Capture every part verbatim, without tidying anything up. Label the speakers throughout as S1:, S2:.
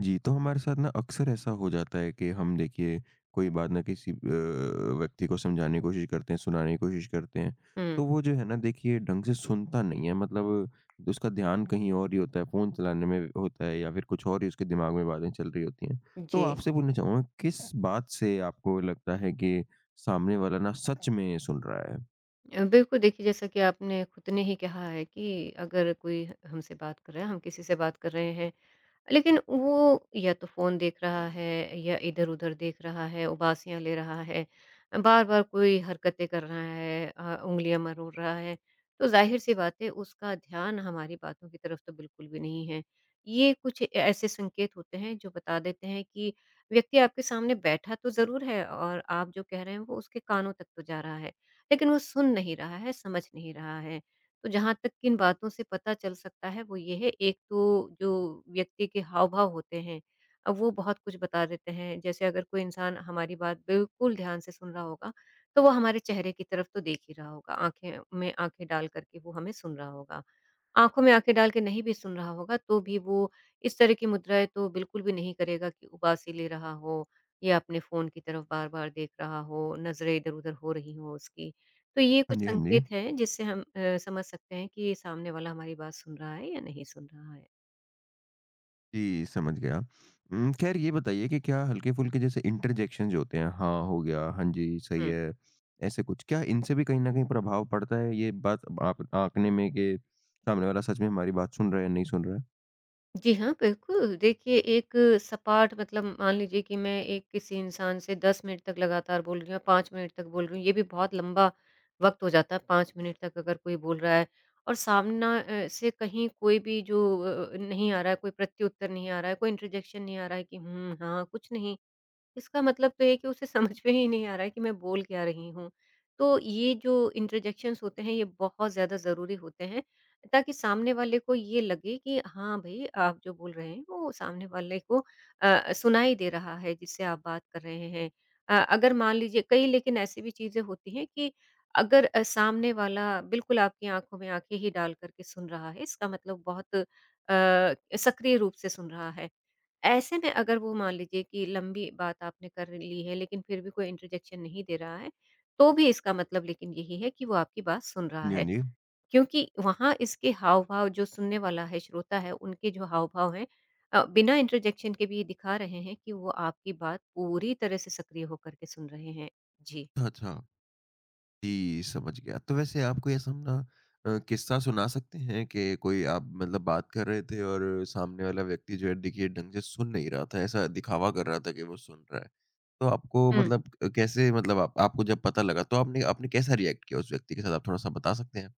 S1: जी, तो हमारे साथ ना अक्सर ऐसा हो जाता है कि हम देखिए कोई बात ना किसी अ, व्यक्ति को समझाने की कोशिश करते हैं, सुनाने की कोशिश करते हैं,
S2: हुँ,
S1: तो वो जो है ना देखिए ढंग से सुनता नहीं है, मतलब उसका ध्यान कहीं और ही होता है, फ़ोन चलाने में होता है या फिर कुछ और ही उसके दिमाग में बातें चल रही होती हैं। तो
S2: जी।
S1: आपसे पूछना चाहूँगा, किस बात से आपको लगता है कि सामने वाला ना सच में सुन रहा है?
S2: अ, बिल्कुल देखिए जैसा कि आपने खुद ने ही कहा है कि अगर कोई हमसे बात कर रहा है, हम किसी से बात कर रहे हैं, लेकिन वो या तो फ़ोन देख रहा है या इधर-उधर देख रहा है, उबासियाँ ले रहा है, बार-बार कोई हरकतें कर रहा है, अ, उँगलियाँ मरोड़ रहा है, तो ज़ाहिर-सी बात है उसका ध्यान हमारी बातों की तरफ तो बिल्कुल भी नहीं है। ये कुछ ऐसे संकेत होते हैं जो बता देते हैं कि व्यक्ति आपके सामने बैठा तो ज़रूर है और आप जो कह रहे हैं वो उसके कानों तक तो जा रहा है, लेकिन वो सुन नहीं रहा है, समझ नहीं रहा है। तो जहाँ तक किन बातों से पता चल सकता है, वो ये है, एक तो जो व्यक्ति के हाव-भाव होते हैं, अब वो बहुत कुछ बता देते हैं। जैसे अगर कोई इंसान हमारी बात बिल्कुल ध्यान से सुन रहा होगा, तो वो हमारे चेहरे की तरफ तो देख ही रहा होगा, आँखें में आँखें डाल कर के वो हमें सुन रहा होगा। आँखों में आँखें डाल के नहीं भी सुन रहा होगा, तो भी वो इस तरह की मुद्राएँ तो बिल्कुल भी नहीं करेगा कि उबासी ले रहा हो या अपने फ़ोन की तरफ बार-बार देख रहा हो, नज़रें इधर-उधर हो रही हों उसकी। तो ये
S1: हाँ
S2: कुछ
S1: जी, हाँ जी।
S2: संकेत हैं जिससे हम अ, समझ सकते हैं कि सामने वाला हमारी बात सुन रहा है या नहीं सुन रहा है।
S1: जी, समझ गया। उम, ख़ैर ये बताइए कि क्या हल्के-फुल्के जैसे इंटरजेक्शन जो होते हैं, हाँ, हो गया, हाँ जी, सही
S2: हुँ।
S1: है, ऐसे कुछ, क्या इनसे भी कहीं न कहीं प्रभाव पड़ता है ये बात आप आँकने में, कि सामने वाला सच में हमारी बात सुन रहा है, नहीं सुन रहा है?
S2: जी हाँ, बिल्कुल। देखिए, एक सपाट मतलब मान लीजिए कि मैं एक किसी इंसान से 10 मिनट तक लगातार बोल रही हूँ, 5 मिनट तक बोल रही हूँ, ये भी बहुत लंबा वक़्त हो जाता है, 5 मिनट तक अगर कोई बोल रहा है और सामना अ, से कहीं कोई भी जो अ अ, नहीं आ रहा है, कोई प्रत्युत्तर नहीं आ रहा है, कोई इंटरजेक्शन नहीं आ रहा है कि हुँ, हाँ, कुछ नहीं। इसका मतलब तो ये है कि उसे समझ में ही नहीं आ रहा है कि मैं बोल क्या रही हूँ। तो ये जो इंटरजेक्शंस होते हैं, ये बहुत ज़्यादा ज़रूरी होते हैं, ताकि सामने वाले को ये लगे कि हाँ भई, आप जो बोल रहे हैं, वो सामने वाले को अ, सुनाई दे रहा है, जिससे आप बात कर रहे हैं। अ, अगर मान लीजिए, कई लेकिन ऐसी भी चीज़ें होती हैं कि अगर अ, सामने वाला बिल्कुल आपकी आँखों में आँखें ही डाल कर के सुन रहा है, इसका मतलब बहुत अ, सक्रिय रूप से सुन रहा है। ऐसे में अगर वो मान लीजिए कि लंबी बात आपने कर ली है, लेकिन फिर भी कोई इंटरजेक्शन नहीं दे रहा है, तो भी इसका मतलब लेकिन यही है कि वो आपकी बात सुन रहा
S1: हाँ जी, हाँ
S2: है।
S1: जी।
S2: क्योंकि वहाँ इसके हाव-भाव, जो सुनने वाला है, श्रोता है, उनके जो हाव-भाव हैं, अ, बिना इंटरजेक्शन के भी ये दिखा रहे हैं कि वो आपकी बात पूरी तरह से सक्रिय होकर के सुन रहे हैं। जी।
S1: अच्छा। अच्छा जी, समझ गया। तो वैसे आप कोई ऐसा अपना अ, किस्सा सुना सकते हैं कि कोई आप मतलब बात कर रहे थे और सामने वाला व्यक्ति जो है देखिए ढंग से सुन नहीं रहा था, ऐसा दिखावा कर रहा था कि वो सुन रहा है। तो आपको मतलब अ, कैसे मतलब आप आपको जब पता लगा तो आपने आपने कैसा रिएक्ट किया उस व्यक्ति के साथ, आप थोड़ा-सा बता सकते हैं?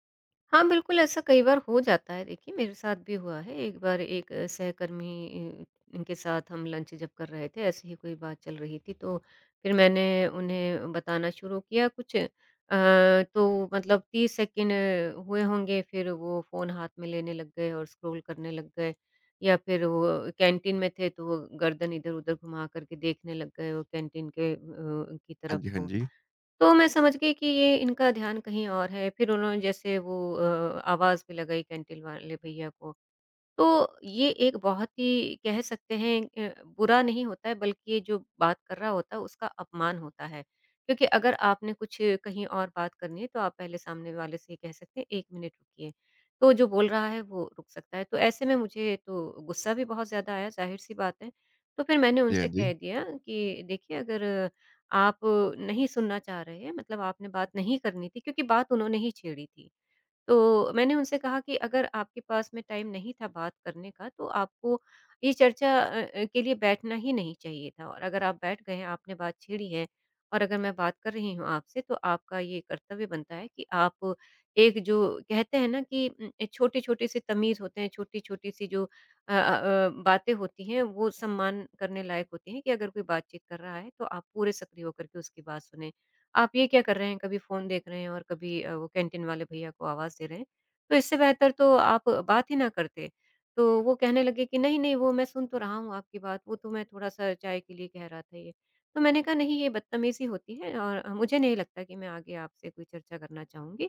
S2: हाँ, बिल्कुल ऐसा कई बार हो जाता है, देखिए मेरे साथ भी हुआ है। एक बार एक अ, सहकर्मी अ, के साथ हम लंच जब कर रहे थे, ऐसे ही कोई बात चल रही थी, तो फिर मैंने उन्हें बताना शुरू किया कुछ। अ, तो मतलब 30 सेकंड अ, हुए होंगे, फिर वो फ़ोन हाथ में लेने लग गए और स्क्रॉल करने लग गए, या फिर वो कैंटीन में थे तो वो गर्दन इधर-उधर घुमा कर के देखने लग गए, वो कैंटीन के अ, की
S1: हाँ
S2: तरफ
S1: जी, हाँ
S2: को।
S1: जी।
S2: तो मैं समझ गई कि ये इनका ध्यान कहीं और है, फिर उन्होंने जैसे वो अ, आवाज़ भी लगाई कैंटीन वाले भैया को। तो ये एक बहुत ही, कह सकते हैं, अ, बुरा नहीं होता है, बल्कि ये जो बात कर रहा होता है उसका अपमान होता है। क्योंकि अगर आपने कुछ कहीं और बात करनी है, तो आप पहले सामने वाले से ये कह सकते हैं, 1 मिनट रुकिए, तो जो बोल रहा है वो रुक सकता है। तो ऐसे में मुझे तो गुस्सा भी बहुत ज़्यादा आया, ज़ाहिर-सी बात है। तो फिर मैंने
S1: जी, हाँ
S2: उनसे
S1: जी।
S2: कह दिया कि देखिए, अगर आप नहीं सुनना चाह रहे हैं, मतलब आपने बात नहीं करनी थी, क्योंकि बात उन्होंने ही छेड़ी थी। तो मैंने उनसे कहा कि अगर आपके पास में टाइम नहीं था बात करने का, तो आपको ये चर्चा अ अ, के लिए बैठना ही नहीं चाहिए था, और अगर आप बैठ गए हैं, आपने बात छेड़ी है और अगर मैं बात कर रही हूँ आपसे, तो आपका ये कर्तव्य बनता है कि आप, एक जो कहते हैं ना कि उम, ए छोटे-छोटे से तमीज़ होते हैं, छोटी-छोटी सी जो अ अ अ, बातें होती हैं, वो सम्मान करने लायक होती हैं कि अगर कोई बातचीत कर रहा है, तो आप पूरे सक्रिय होकर के उसकी बात सुनें। आप ये क्या कर रहे हैं, कभी फ़ोन देख रहे हैं और कभी अ, वो कैंटीन वाले भैया को आवाज़ दे रहे हैं। तो इससे बेहतर तो आप बात ही ना करते। तो वो कहने लगे कि नहीं, नहीं, वो मैं सुन तो रहा हूँ आपकी बात, वो तो मैं थोड़ा-सा चाय के लिए कह रहा था ये। तो मैंने कहा नहीं, ये बदतमीज़ी होती है और अ, मुझे नहीं लगता कि मैं आगे आपसे कोई चर्चा करना चाहूँगी।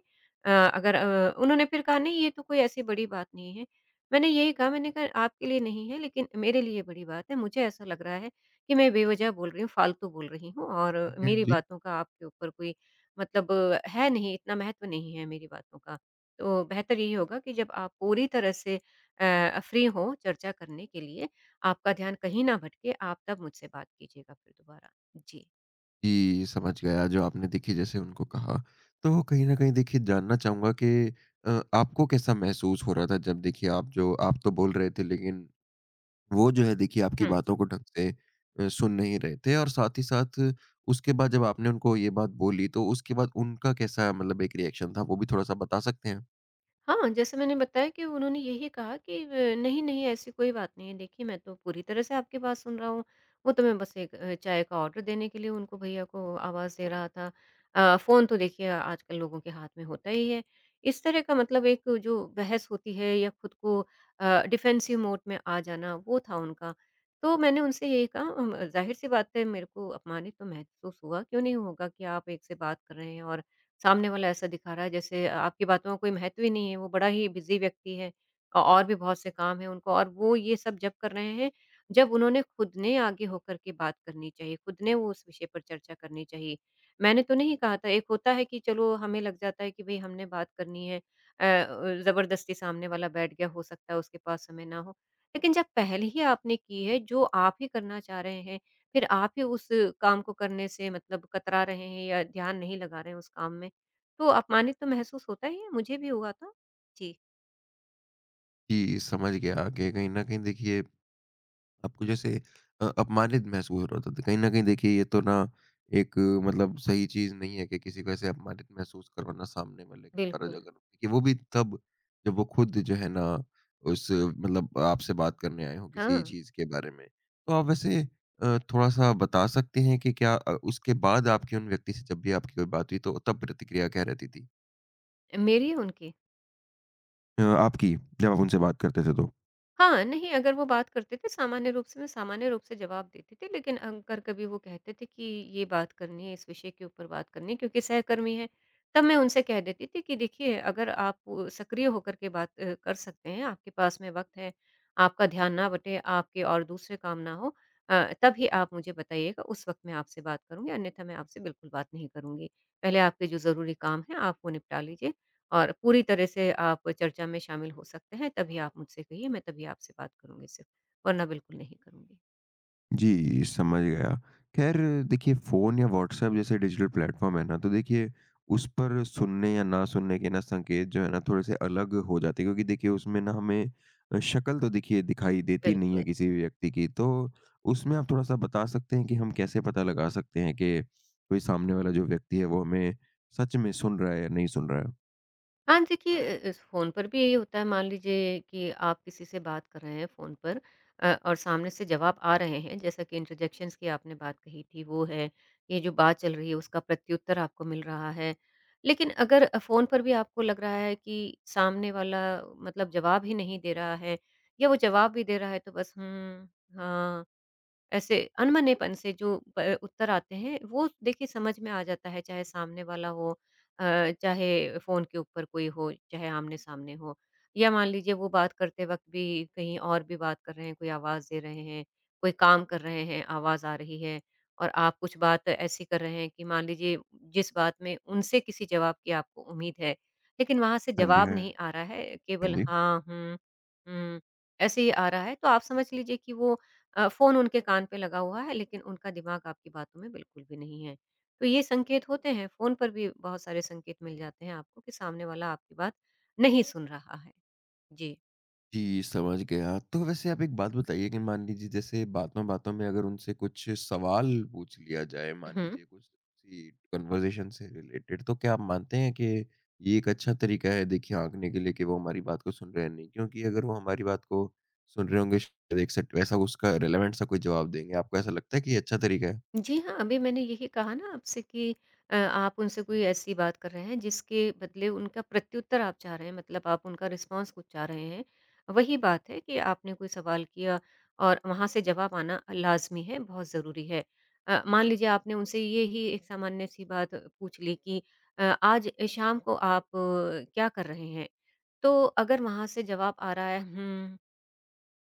S2: अ, अगर अ, उन्होंने फिर कहा नहीं, ये तो कोई ऐसी बड़ी बात नहीं है। मैंने यही कहा, मैंने कहा आपके लिए नहीं है, लेकिन मेरे लिए बड़ी बात है, मुझे ऐसा लग रहा है कि मैं बेवजह बोल रही हूँ, फालतू बोल रही हूँ
S1: हाँ
S2: और
S1: जी, हाँ
S2: मेरी
S1: जी।
S2: बातों का आपके ऊपर कोई मतलब है नहीं, इतना महत्व नहीं है मेरी बातों का। तो बेहतर यही होगा कि जब आप पूरी तरह से अ, फ्री हों चर्चा करने के लिए, आपका ध्यान कहीं ना भटके, आप तब मुझसे बात कीजिएगा फिर दोबारा। जी।
S1: जी, समझ गया जो आपने देखिए जैसे उनको कहा। तो कहीं न कहीं देखिए जानना चाहूँगा कि अ, आपको कैसा महसूस हो रहा था जब देखिए आप जो आप तो बोल रहे थे, लेकिन वो जो है देखिए आपकी
S2: हुँ।
S1: बातों को ढंग से अ, सुन नहीं रहे थे, और साथ ही साथ उसके बाद जब आपने उनको ये बात बोली तो उसके बाद उनका कैसा मतलब एक रिएक्शन था, वो भी थोड़ा-सा बता सकते हैं?
S2: हाँ, जैसे मैंने बताया कि उन्होंने यही कहा कि "अ, नहीं, नहीं ऐसी कोई बात नहीं है, देखिए मैं तो पूरी तरह से आपकी बात सुन रहा हूँ।" वो तो मैं बस एक अ, चाय का ऑर्डर देने के लिए उनको भैया को आवाज़ दे रहा था। अ, फ़ोन तो देखिए आजकल लोगों के हाथ में होता ही है। इस तरह का मतलब एक जो बहस होती है, या खुद को अ, डिफेंसिव मोड में आ जाना, वो था उनका। तो मैंने उनसे यही कहा, अम, ज़ाहिर-सी बात है, मेरे को अपमानित तो महसूस हुआ, क्यों नहीं होगा कि आप एक से बात कर रहे हैं और सामने वाला ऐसा दिखा रहा है जैसे आपकी बातों का कोई महत्व ही नहीं है, वो बड़ा ही बिज़ी व्यक्ति है, अ, और भी बहुत से काम हैं उनको और वो ये सब जब कर रहे हैं, जब उन्होंने खुद ने आगे होकर के बात करनी चाहिए, खुद ने वो उस विषय पर चर्चा करनी चाहिए। मैंने तो नहीं कहा था, एक होता है कि चलो हमें लग जाता है कि भई हमने बात करनी है, अ अ, ज़बरदस्ती सामने वाला बैठ गया, हो सकता है उसके पास समय ना हो। लेकिन जब पहल ही आपने की है, जो आप ही करना चाह रहे हैं, फिर आप ही उस काम को करने से मतलब कतरा रहे हैं या ध्यान नहीं लगा रहे हैं उस काम में, तो अपमानित तो महसूस होता ही है, मुझे भी हुआ था। जी।
S1: कि समझ गया कि कहीं न कहीं देखिए आपको जैसे अ, अपमानित महसूस हो रहा था, तो कहीं न कहीं देखिए ये तो ना एक अ, मतलब सही चीज़ नहीं है कि किसी को ऐसे अपमानित महसूस करवाना सामने वाले के द्वारा,
S2: बिल्कुल।
S1: अगर कि वो भी तब जब वो खुद जो है ना उस अ, मतलब आपसे बात करने आए हों किसी
S2: हाँ,
S1: चीज़ के बारे में। तो आप वैसे अ, थोड़ा-सा बता सकते हैं कि क्या अ, उसके बाद आपकी उन व्यक्ति से जब भी आपकी कोई बात हुई तो तब प्रतिक्रिया क्या रहती थी?
S2: मेरी उनकी?
S1: अ, आपकी, जब आप उनसे बात करते थे तो?
S2: हाँ, नहीं, अगर वो बात करते थे सामान्य रूप से, मैं सामान्य रूप से जवाब देती थी, लेकिन अगर कभी वो कहते थे कि ये बात करनी है, इस विषय के ऊपर बात करनी है क्योंकि सहकर्मी हैं, तब मैं उनसे कह देती थी कि देखिए, अगर आप अ, सक्रिय होकर के बात अ, कर सकते हैं, आपके पास में वक़्त है, आपका ध्यान ना बटे, आपके और दूसरे काम ना हो, अ, तभी आप मुझे बताइएगा, उस वक़्त मैं आपसे बात करूँगी, अन्यथा मैं आपसे बिल्कुल बात नहीं करूँगी। पहले आपके जो ज़रूरी काम हैं, आप वो निपटा लीजिए। और पूरी तरह से आप चर्चा में शामिल हो सकते हैं, तभी आप मुझसे कहिए, मैं तभी आपसे बात करूँगी सिर्फ़, वरना बिल्कुल नहीं करूँगी।
S1: जी, समझ गया। ख़ैर देखिए फ़ोन या व्हाट्सऐप जैसे डिजिटल प्लेटफ़ॉर्म है ना, तो देखिए उस पर सुनने या ना सुनने के ना संकेत जो है ना थोड़े-से अलग हो जाते हैं, क्योंकि देखिए उसमें ना हमें अ, शक्ल तो देखिए दिखाई देती नहीं है
S2: बिल्कुल।
S1: किसी भी व्यक्ति की। तो उसमें आप थोड़ा-सा बता सकते हैं कि हम कैसे पता लगा सकते हैं कि कोई सामने वाला जो व्यक्ति है वो हमें सच में सुन रहा है या नहीं सुन रहा है?
S2: हाँ, देखिए अ अ, फ़ोन पर भी यही होता है, मान लीजिए कि आप किसी से बात कर रहे हैं फ़ोन पर, अ, और सामने से जवाब आ रहे हैं, जैसा कि इंटरजेक्शंस की आपने बात कही थी, वो है, ये जो बात चल रही है, उसका प्रत्युत्तर आपको मिल रहा है। लेकिन अगर अ, फ़ोन पर भी आपको लग रहा है कि सामने वाला मतलब जवाब ही नहीं दे रहा है, या वो जवाब भी दे रहा है, तो बस हुँ, हाँ, ऐसे अनबनेपन से जो प उत्तर आते हैं, वो देखिए समझ में आ जाता है, चाहे सामने वाला हो, अ, चाहे फ़ोन के ऊपर कोई हो, चाहे आमने-सामने हो। या मान लीजिए वो बात करते वक़्त भी कहीं और भी बात कर रहे हैं, कोई आवाज़ दे रहे हैं, कोई काम कर रहे हैं, आवाज़ आ रही है और आप कुछ बात ऐसी कर रहे हैं कि मान लीजिए जिस बात में उनसे किसी जवाब की आपको उम्मीद है, लेकिन वहाँ से
S1: हाँ जी,
S2: जवाब
S1: हाँ,
S2: नहीं आ रहा है,
S1: हाँ
S2: केवल
S1: जी।
S2: हाँ, हुँ, हुँ, ऐसे ही आ रहा है, तो आप समझ लीजिए कि वो अ, फ़ोन उनके कान पे लगा हुआ है लेकिन उनका दिमाग आपकी बातों में बिल्कुल भी नहीं है। तो ये संकेत होते हैं, फ़ोन पर भी बहुत सारे संकेत मिल जाते हैं आपको कि सामने वाला आपकी बात नहीं सुन रहा है। जी।
S1: जी, समझ गया। तो वैसे आप एक बात बताइए कि मान लीजिए जैसे बातों-बातों में अगर उनसे कुछ सवाल पूछ लिया जाए, मान
S2: हुँ।
S1: लीजिए कुछ किसी कन्वर्सेशन से रिलेटेड, तो क्या आप मानते हैं कि ये एक अच्छा तरीका है देखिए आँकने के लिए कि वो हमारी बात को सुन रहे हैं, नहीं? क्योंकि अगर वो हमारी बात को सुन रहे होंगे, शायद एक सेट वैसा उसका रिलेवेंट सा कोई जवाब देंगे। आपको ऐसा लगता है कि ये अच्छा तरीका है?
S2: जी हाँ, अभी मैंने यही कहा ना आपसे कि अ, आप उनसे कोई ऐसी बात कर रहे हैं जिसके बदले उनका प्रत्युत्तर आप चाह रहे हैं मतलब आप उनका रिस्पॉन्स कुछ चाह रहे हैं। वही बात है कि आपने कोई सवाल किया और वहाँ से जवाब आना लाज़मी है, बहुत ज़रूरी है। अ, मान लीजिए आपने उनसे ये ही एक सामान्य-सी बात पूछ ली कि अ, आज शाम को आप अ, क्या कर रहे हैं? तो अगर वहाँ से जवाब आ रहा है हुँ,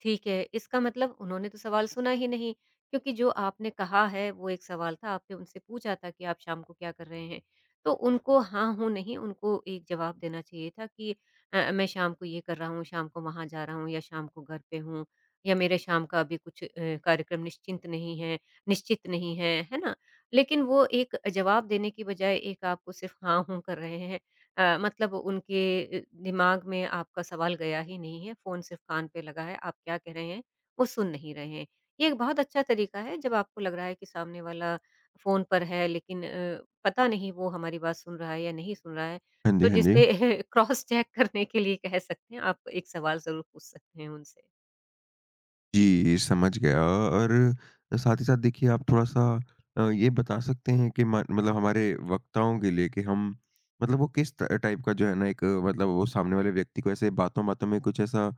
S2: ठीक है, इसका मतलब उन्होंने तो सवाल सुना ही नहीं क्योंकि जो आपने कहा है वो एक सवाल था, आपने उनसे पूछा था कि आप शाम को क्या कर रहे हैं? तो उनको हाँ, हूँ, नहीं उनको एक जवाब देना चाहिए था कि अ, मैं शाम को ये कर रहा हूँ, शाम को वहाँ जा रहा हूँ या शाम को घर पे हूँ या मेरे शाम का अभी कुछ अ, कार्यक्रम निश्चिंत नहीं है निश्चित नहीं है, है ना? लेकिन वो एक जवाब देने की बजाय एक आपको सिर्फ़ हाँ, हूँ कर रहे हैं। अ, मतलब उनके अ, दिमाग में आपका सवाल गया ही नहीं है, फ़ोन सिर्फ़ कान पे लगा है, आप क्या कह रहे हैं, वो सुन नहीं रहे हैं। ये एक बहुत अच्छा तरीका है जब आपको लग रहा है कि सामने वाला फ़ोन पर है लेकिन अ, पता नहीं वो हमारी बात सुन रहा है या नहीं सुन रहा है,
S1: हाँ
S2: तो
S1: जी, हाँ जी।
S2: जिसे क्रॉस चेक करने के लिए कह सकते हैं, आप एक सवाल ज़रूर पूछ सकते हैं उनसे।
S1: जी, समझ गया। और साथ ही साथ देखिए आप थोड़ा-सा अ, ये बता सकते हैं कि मा मतलब हमारे वक्ताओं के लिए, कि हम मतलब वो किस त टाइप का जो है ना एक अ, मतलब वो सामने वाले व्यक्ति को ऐसे बातों-बातों में कुछ ऐसा अ,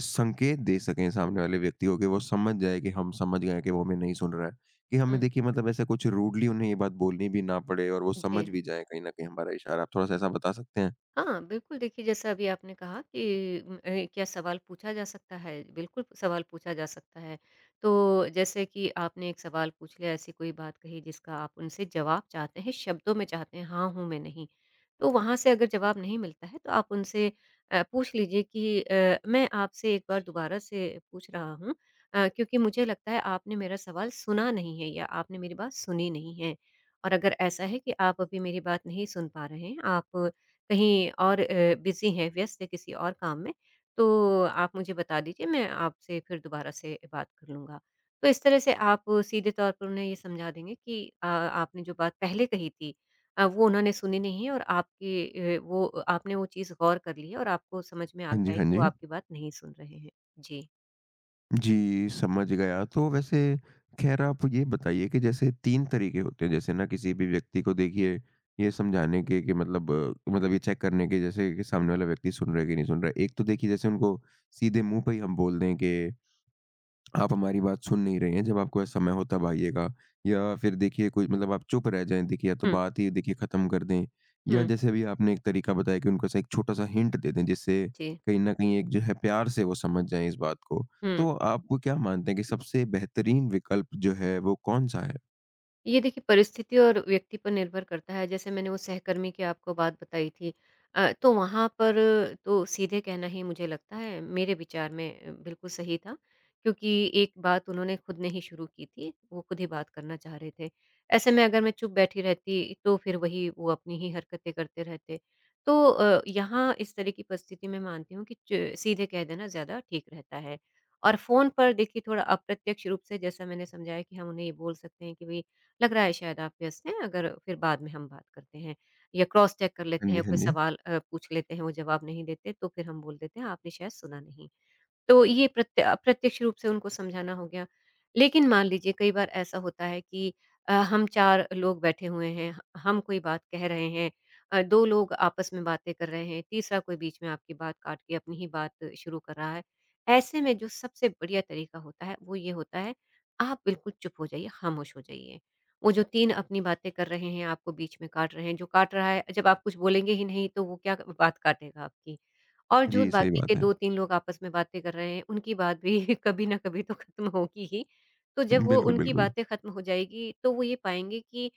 S1: संकेत दे सकें सामने वाले व्यक्ति को, कि वो समझ जाए कि हम समझ गए हैं कि वो हमें नहीं सुन रहा है। कि हमें
S2: हुँ,
S1: देखिए मतलब ऐसा कुछ रूडली उन्हें ये बात बोलनी भी ना पड़े और वो
S2: जी।
S1: समझ भी जाएँ कहीं न कहीं हमारा इशारा। आप थोड़ा-सा ऐसा बता सकते हैं?
S2: हाँ, बिल्कुल देखिए जैसा अभी आपने कहा कि उम, अ, क्या सवाल पूछा जा सकता है? बिल्कुल सवाल पूछा जा सकता है। तो जैसे कि आपने एक सवाल पूछ लिया, ऐसी कोई बात कही जिसका आप उनसे जवाब चाहते हैं, शब्दों में चाहते हैं, हाँ हूँ मैं, नहीं। तो वहाँ से अगर जवाब नहीं मिलता है तो आप उनसे अ, पूछ लीजिए कि अ, मैं आपसे एक बार दोबारा से पूछ रहा हूँ अ, क्योंकि मुझे लगता है आपने मेरा सवाल सुना नहीं है या आपने मेरी बात सुनी नहीं है और अगर ऐसा है कि आप अभी मेरी बात नहीं सुन पा रहे हैं, आप कहीं और बिजी हैं, व्यस्त है किसी और काम में, तो आप मुझे बता दीजिए, मैं आपसे फिर दोबारा से बात कर लूँगा। तो इस तरह से आप सीधे तौर पर उन्हें ये समझा देंगे कि अ, आपने जो बात पहले कही थी अ, वो उन्होंने सुनी नहीं है और आपकी अ, वो आपने वो चीज़ गौर कर ली है और आपको समझ में आ
S1: हाँ
S2: गया
S1: जी,
S2: है
S1: हाँ
S2: कि वो
S1: जी।
S2: आपकी बात नहीं सुन रहे हैं। जी।
S1: जी, समझ गया। तो वैसे ख़ैर आप ये बताइए कि जैसे तीन तरीके होते हैं, जैसे ना किसी भी व्यक्ति को देखिए ये समझाने के कि मतलब अ, मतलब ये चेक करने के, जैसे कि सामने वाला व्यक्ति सुन रहा है कि नहीं सुन रहा है। एक तो देखिए जैसे उनको सीधे मुँह पे ही हम बोल दें कि आप हमारी बात सुन नहीं रहे हैं, जब आपको ऐसा समय हो तब आइएगा। या फिर देखिए कोई मतलब आप चुप रह जाएँ, देखिए या तो
S2: हुँ,
S1: बात ही देखिए ख़त्म कर दें। या
S2: हुँ।
S1: जैसे अभी आपने एक तरीका बताया कि उनको ऐसा एक छोटा-सा हिंट दे दें, जिससे
S2: जी,
S1: कहीं न कहीं एक जो है प्यार से वो समझ जाएँ इस बात को।
S2: हुँ।
S1: तो आप वो क्या मानते हैं कि सबसे बेहतरीन विकल्प जो है वो कौन-सा है?
S2: ये देखिए परिस्थिति और व्यक्ति पर निर्भर करता है। जैसे मैंने वो सहकर्मी की आपको बात बताई थी, अ, तो वहाँ पर तो सीधे कहना ही मुझे लगता है मेरे विचार में अ, बिल्कुल सही था क्योंकि एक बात उन्होंने खुद ने ही शुरू की थी, वो खुद ही बात करना चाह रहे थे। ऐसे में अगर मैं चुप बैठी रहती तो फिर वही वो अपनी ही हरकतें करते रहते। तो अ, यहाँ इस तरह की परिस्थिति मैं मानती हूँ कि च सीधे कह देना ज़्यादा ठीक रहता है। और फ़ोन पर देखिए थोड़ा अप्रत्यक्ष रूप से जैसा मैंने समझाया कि हम उन्हें ये बोल सकते हैं कि भई लग रहा है शायद आप व्यस्त हैं, अगर फिर बाद में हम बात करते हैं या क्रॉस चेक कर
S1: हाँ
S2: लेते
S1: जी,
S2: हैं, कोई
S1: हाँ जी।
S2: सवाल अ, पूछ लेते हैं, वो जवाब नहीं देते तो फिर हम बोल देते हैं आपने शायद सुना नहीं। तो ये प्रत्य अप्रत्यक्ष रूप से उनको समझाना हो गया। लेकिन मान लीजिए कई बार ऐसा होता है कि अ, हम चार लोग बैठे हुए हैं, ह- हम कोई बात कह रहे हैं, अ, दो लोग आपस में बातें कर रहे हैं, तीसरा कोई बीच में आपकी बात काट के अपनी ही बात शुरू कर रहा है। ऐसे में जो सबसे बढ़िया तरीका होता है, वो ये होता है आप बिल्कुल चुप हो जाइए, खामोश हो जाइए। वो जो तीन अपनी बातें कर रहे हैं, आपको बीच में काट रहे हैं, जो काट रहा है जब आप कुछ बोलेंगे ही नहीं तो वो क्या बात काटेगा आपकी? और जो
S1: जी, सही
S2: बाकी
S1: बात
S2: के
S1: है।
S2: दो तीन लोग आपस में बातें कर रहे हैं, उनकी बात भी कभी न कभी तो खत्म होगी ही। तो जब वो
S1: बिल्कुल,
S2: उनकी
S1: बिल्कुल।
S2: बातें खत्म हो जाएगी, तो वो ये पाएँगे कि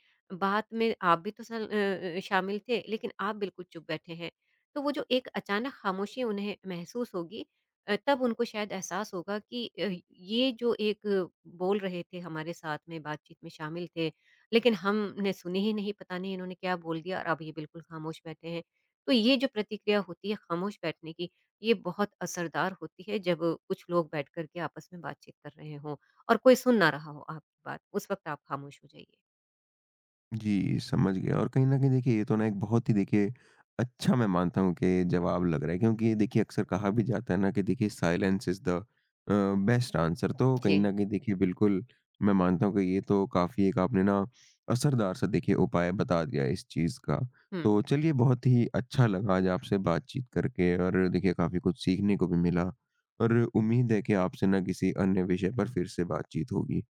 S2: बात में आप भी तो सल अ अ, शामिल थे, लेकिन आप बिल्कुल चुप बैठे हैं। तो वो जो एक अचानक खामोशी उन्हें महसूस होगी, अ, तब उनको शायद एहसास होगा कि अ, ये जो एक अ, बोल रहे थे हमारे साथ में, बातचीत में शामिल थे, लेकिन हमने सुनी ही नहीं, पता नहीं इन्होंने क्या बोल दिया और अब ये बिल्कुल खामोश बैठे हैं। तो ये जो प्रतिक्रिया होती है खामोश बैठने की, ये बहुत असरदार होती है जब कुछ लोग बैठ कर के आपस में बातचीत कर रहे हों और कोई सुन ना रहा हो आपकी बात, उस वक़्त आप खामोश हो जाइए।
S1: जी, समझ गया। और कहीं न कहीं देखिए ये तो ना एक बहुत ही देखिए अच्छा मैं मानता हूँ कि जवाब लग रहा है, क्योंकि ये देखिए अक्सर कहा भी जाता है ना कि देखिए silence is the uh, best answer. तो कहीं
S2: जी,
S1: न कहीं देखिए बिल्कुल मैं मानता हूँ कि ये तो काफ़ी एक आपने ना असरदार सा देखिए उपाय बता दिया इस चीज़ का।
S2: हुँ,
S1: तो चलिए बहुत ही अच्छा लगा आज आपसे बातचीत करके, और देखिए काफ़ी कुछ सीखने को भी मिला, और उम्मीद है कि आपसे ना किसी अन्य विषय पर फिर से बातचीत होगी।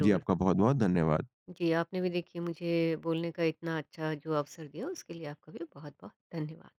S1: जी, आपका बहुत-बहुत धन्यवाद।
S2: जी, आपने भी देखिए मुझे बोलने का इतना अच्छा जो अवसर दिया उसके लिए आपका भी बहुत-बहुत धन्यवाद।